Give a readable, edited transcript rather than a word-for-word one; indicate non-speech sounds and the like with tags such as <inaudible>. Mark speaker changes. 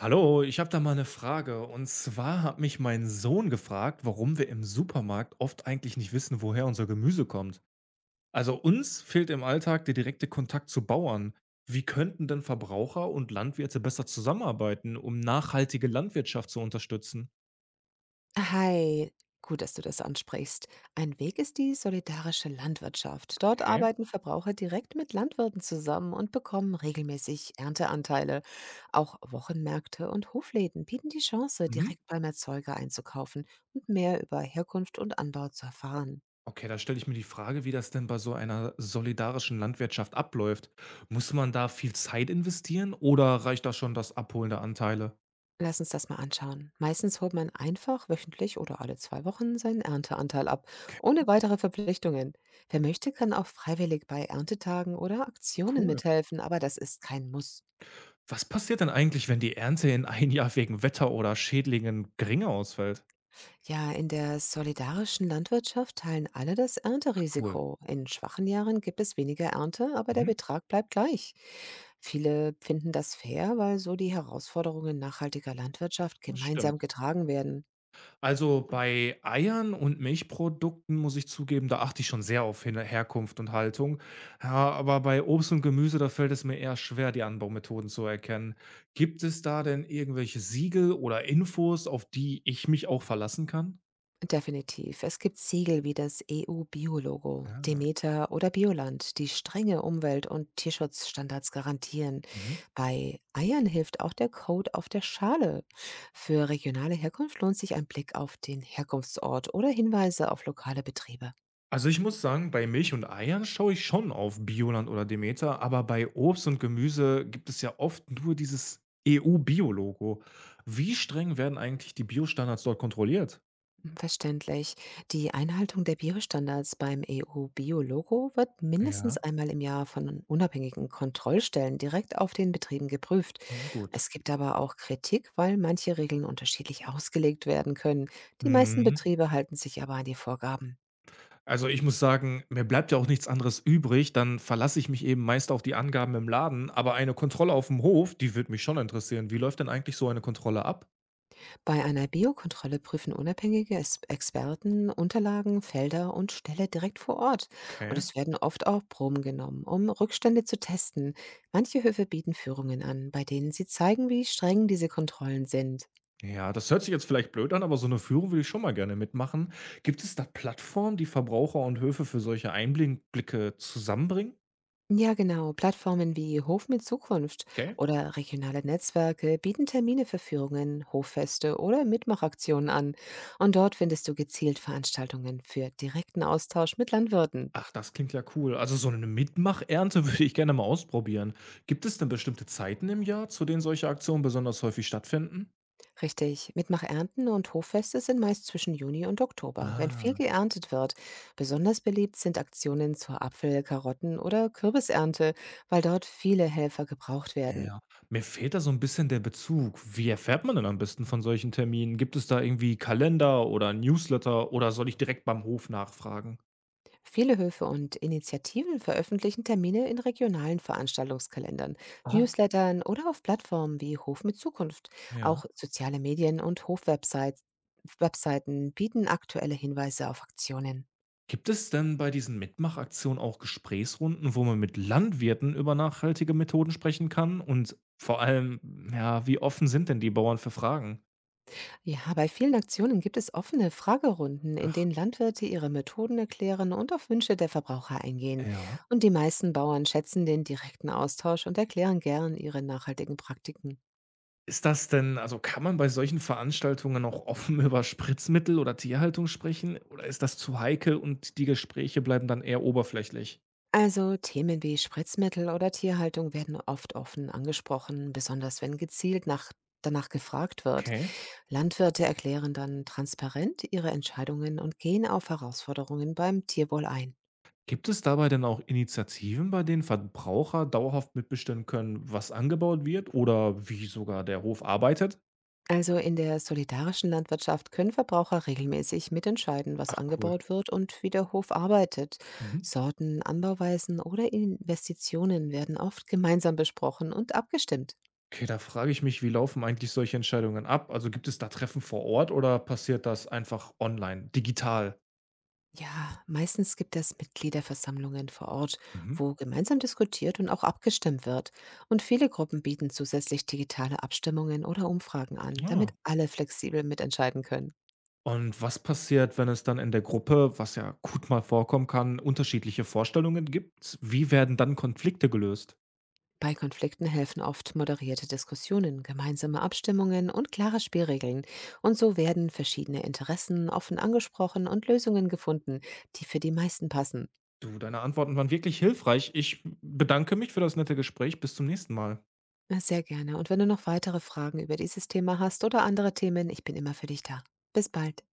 Speaker 1: Hallo, ich habe da mal eine Frage. Und zwar hat mich mein Sohn gefragt, warum wir im Supermarkt oft eigentlich nicht wissen, woher unser Gemüse kommt. Also uns fehlt im Alltag der direkte Kontakt zu Bauern. Wie könnten denn Verbraucher und Landwirte besser zusammenarbeiten, um nachhaltige Landwirtschaft zu unterstützen?
Speaker 2: Hi, gut, dass du das ansprichst. Ein Weg ist die solidarische Landwirtschaft. Dort
Speaker 1: Okay.
Speaker 2: arbeiten Verbraucher direkt mit Landwirten zusammen und bekommen regelmäßig Ernteanteile. Auch Wochenmärkte und Hofläden bieten die Chance,
Speaker 1: Mhm.
Speaker 2: direkt beim Erzeuger einzukaufen und mehr über Herkunft und Anbau zu erfahren.
Speaker 1: Okay, da stelle ich mir die Frage, wie das denn bei so einer solidarischen Landwirtschaft abläuft. Muss man da viel Zeit investieren oder reicht da schon das Abholen der Anteile?
Speaker 2: Lass uns das mal anschauen. Meistens holt man einfach wöchentlich oder alle zwei Wochen seinen Ernteanteil ab, ohne weitere Verpflichtungen. Wer möchte, kann auch freiwillig bei Erntetagen oder Aktionen
Speaker 1: Cool.
Speaker 2: mithelfen, aber das ist kein Muss.
Speaker 1: Was passiert denn eigentlich, wenn die Ernte in ein Jahr wegen Wetter oder Schädlingen geringer ausfällt?
Speaker 2: Ja, in der solidarischen Landwirtschaft teilen alle das
Speaker 1: Ah, cool.
Speaker 2: Ernterisiko. In schwachen Jahren gibt es weniger Ernte, aber der
Speaker 1: Mhm.
Speaker 2: Betrag bleibt gleich. Viele finden das fair, weil so die Herausforderungen nachhaltiger Landwirtschaft
Speaker 1: Das stimmt.
Speaker 2: gemeinsam getragen werden.
Speaker 1: Also bei Eiern und Milchprodukten muss ich zugeben, da achte ich schon sehr auf Herkunft und Haltung. Ja, aber bei Obst und Gemüse, da fällt es mir eher schwer, die Anbaumethoden zu erkennen. Gibt es da denn irgendwelche Siegel oder Infos, auf die ich mich auch verlassen kann?
Speaker 2: Definitiv. Es gibt Siegel wie das EU-Biologo,
Speaker 1: Ah.
Speaker 2: Demeter oder Bioland, die strenge Umwelt- und Tierschutzstandards garantieren.
Speaker 1: Mhm.
Speaker 2: Bei Eiern hilft auch der Code auf der Schale. Für regionale Herkunft lohnt sich ein Blick auf den Herkunftsort oder Hinweise auf lokale Betriebe.
Speaker 1: Also ich muss sagen, bei Milch und Eiern schaue ich schon auf Bioland oder Demeter, aber bei Obst und Gemüse gibt es ja oft nur dieses EU-Bio-Logo. Wie streng werden eigentlich die Biostandards dort kontrolliert?
Speaker 2: Verständlich. Die Einhaltung der Biostandards beim EU-Bio-Logo wird mindestens
Speaker 1: Ja,
Speaker 2: einmal im Jahr von unabhängigen Kontrollstellen direkt auf den Betrieben geprüft.
Speaker 1: hm, gut.
Speaker 2: Es gibt aber auch Kritik, weil manche Regeln unterschiedlich ausgelegt werden können. Die meisten
Speaker 1: Mhm.
Speaker 2: Betriebe halten sich aber an die Vorgaben.
Speaker 1: Also ich muss sagen, mir bleibt ja auch nichts anderes übrig, dann verlasse ich mich eben meist auf die Angaben im Laden, aber eine Kontrolle auf dem Hof, die wird mich schon interessieren. Wie läuft denn eigentlich so eine Kontrolle ab?
Speaker 2: Bei einer Biokontrolle prüfen unabhängige Experten Unterlagen, Felder und Ställe direkt vor Ort. Und
Speaker 1: Okay.
Speaker 2: es werden oft auch Proben genommen, um Rückstände zu testen. Manche Höfe bieten Führungen an, bei denen sie zeigen, wie streng diese Kontrollen sind.
Speaker 1: Ja, das hört sich jetzt vielleicht blöd an, aber so eine Führung würde ich schon mal gerne mitmachen. Gibt es da Plattformen, die Verbraucher und Höfe für solche Einblicke zusammenbringen?
Speaker 2: Ja, genau. Plattformen wie Hof mit Zukunft
Speaker 1: Okay.
Speaker 2: oder regionale Netzwerke bieten Termine für Führungen, Hoffeste oder Mitmachaktionen an. Und dort findest du gezielt Veranstaltungen für direkten Austausch mit Landwirten.
Speaker 1: Ach, das klingt ja cool. Also, so 'ne Mitmachernte <laughs> würde ich gerne mal ausprobieren. Gibt es denn bestimmte Zeiten im Jahr, zu denen solche Aktionen besonders häufig stattfinden?
Speaker 2: Richtig. Mitmachernten und Hoffeste sind meist zwischen Juni und Oktober, wenn viel
Speaker 1: Ah,
Speaker 2: geerntet wird. Besonders beliebt sind Aktionen zur Apfel-, Karotten- oder Kürbisernte, weil dort viele Helfer gebraucht werden.
Speaker 1: ja. Mir fehlt da so ein bisschen der Bezug. Wie erfährt man denn am besten von solchen Terminen? Gibt es da irgendwie Kalender oder Newsletter oder soll ich direkt beim Hof nachfragen?
Speaker 2: Viele Höfe und Initiativen veröffentlichen Termine in regionalen Veranstaltungskalendern,
Speaker 1: Ah,
Speaker 2: Newslettern oder auf Plattformen wie Hof mit Zukunft. Auch
Speaker 1: ja.
Speaker 2: soziale Medien und Hofwebsites Webseiten bieten aktuelle Hinweise auf Aktionen.
Speaker 1: Gibt es denn bei diesen Mitmachaktionen auch Gesprächsrunden, wo man mit Landwirten über nachhaltige Methoden sprechen kann? Und vor allem, ja, wie offen sind denn die Bauern für Fragen?
Speaker 2: Ja, bei vielen Aktionen gibt es offene Fragerunden, in
Speaker 1: Ach,
Speaker 2: denen Landwirte ihre Methoden erklären und auf Wünsche der Verbraucher eingehen.
Speaker 1: ja.
Speaker 2: Und die meisten Bauern schätzen den direkten Austausch und erklären gern ihre nachhaltigen Praktiken.
Speaker 1: Also kann man bei solchen Veranstaltungen auch offen <laughs> über Spritzmittel oder Tierhaltung sprechen? Oder ist das zu heikel und die Gespräche bleiben dann eher oberflächlich?
Speaker 2: Also Themen wie Spritzmittel oder Tierhaltung werden oft offen angesprochen, besonders wenn gezielt danach gefragt wird.
Speaker 1: Okay.
Speaker 2: Landwirte erklären dann transparent ihre Entscheidungen und gehen auf Herausforderungen beim Tierwohl ein.
Speaker 1: Gibt es dabei denn auch Initiativen, bei denen Verbraucher dauerhaft mitbestimmen können, was angebaut wird oder wie sogar der Hof arbeitet?
Speaker 2: Also in der solidarischen Landwirtschaft können Verbraucher regelmäßig mitentscheiden, was
Speaker 1: Ach, cool.
Speaker 2: angebaut wird und wie der Hof arbeitet.
Speaker 1: Mhm.
Speaker 2: Sorten, Anbauweisen oder Investitionen werden oft gemeinsam besprochen und abgestimmt.
Speaker 1: Okay, da frage ich mich, wie laufen eigentlich solche Entscheidungen ab? Also gibt es da Treffen vor Ort oder passiert das einfach online, digital?
Speaker 2: Ja, meistens gibt es Mitgliederversammlungen vor Ort,
Speaker 1: Mhm.
Speaker 2: wo gemeinsam diskutiert und auch abgestimmt wird. Und viele Gruppen bieten zusätzlich digitale Abstimmungen oder Umfragen an,
Speaker 1: Ah.
Speaker 2: damit alle flexibel mitentscheiden können.
Speaker 1: Und was passiert, wenn es dann in der Gruppe, was ja gut mal vorkommen kann, unterschiedliche Vorstellungen gibt? Wie werden dann Konflikte gelöst?
Speaker 2: Bei Konflikten helfen oft moderierte Diskussionen, gemeinsame Abstimmungen und klare Spielregeln. Und so werden verschiedene Interessen offen angesprochen und Lösungen gefunden, die für die meisten passen.
Speaker 1: Du, deine Antworten waren wirklich hilfreich. Ich bedanke mich für das nette Gespräch. Bis zum nächsten Mal.
Speaker 2: Sehr gerne. Und wenn du noch weitere Fragen über dieses Thema hast oder andere Themen, ich bin immer für dich da. Bis bald.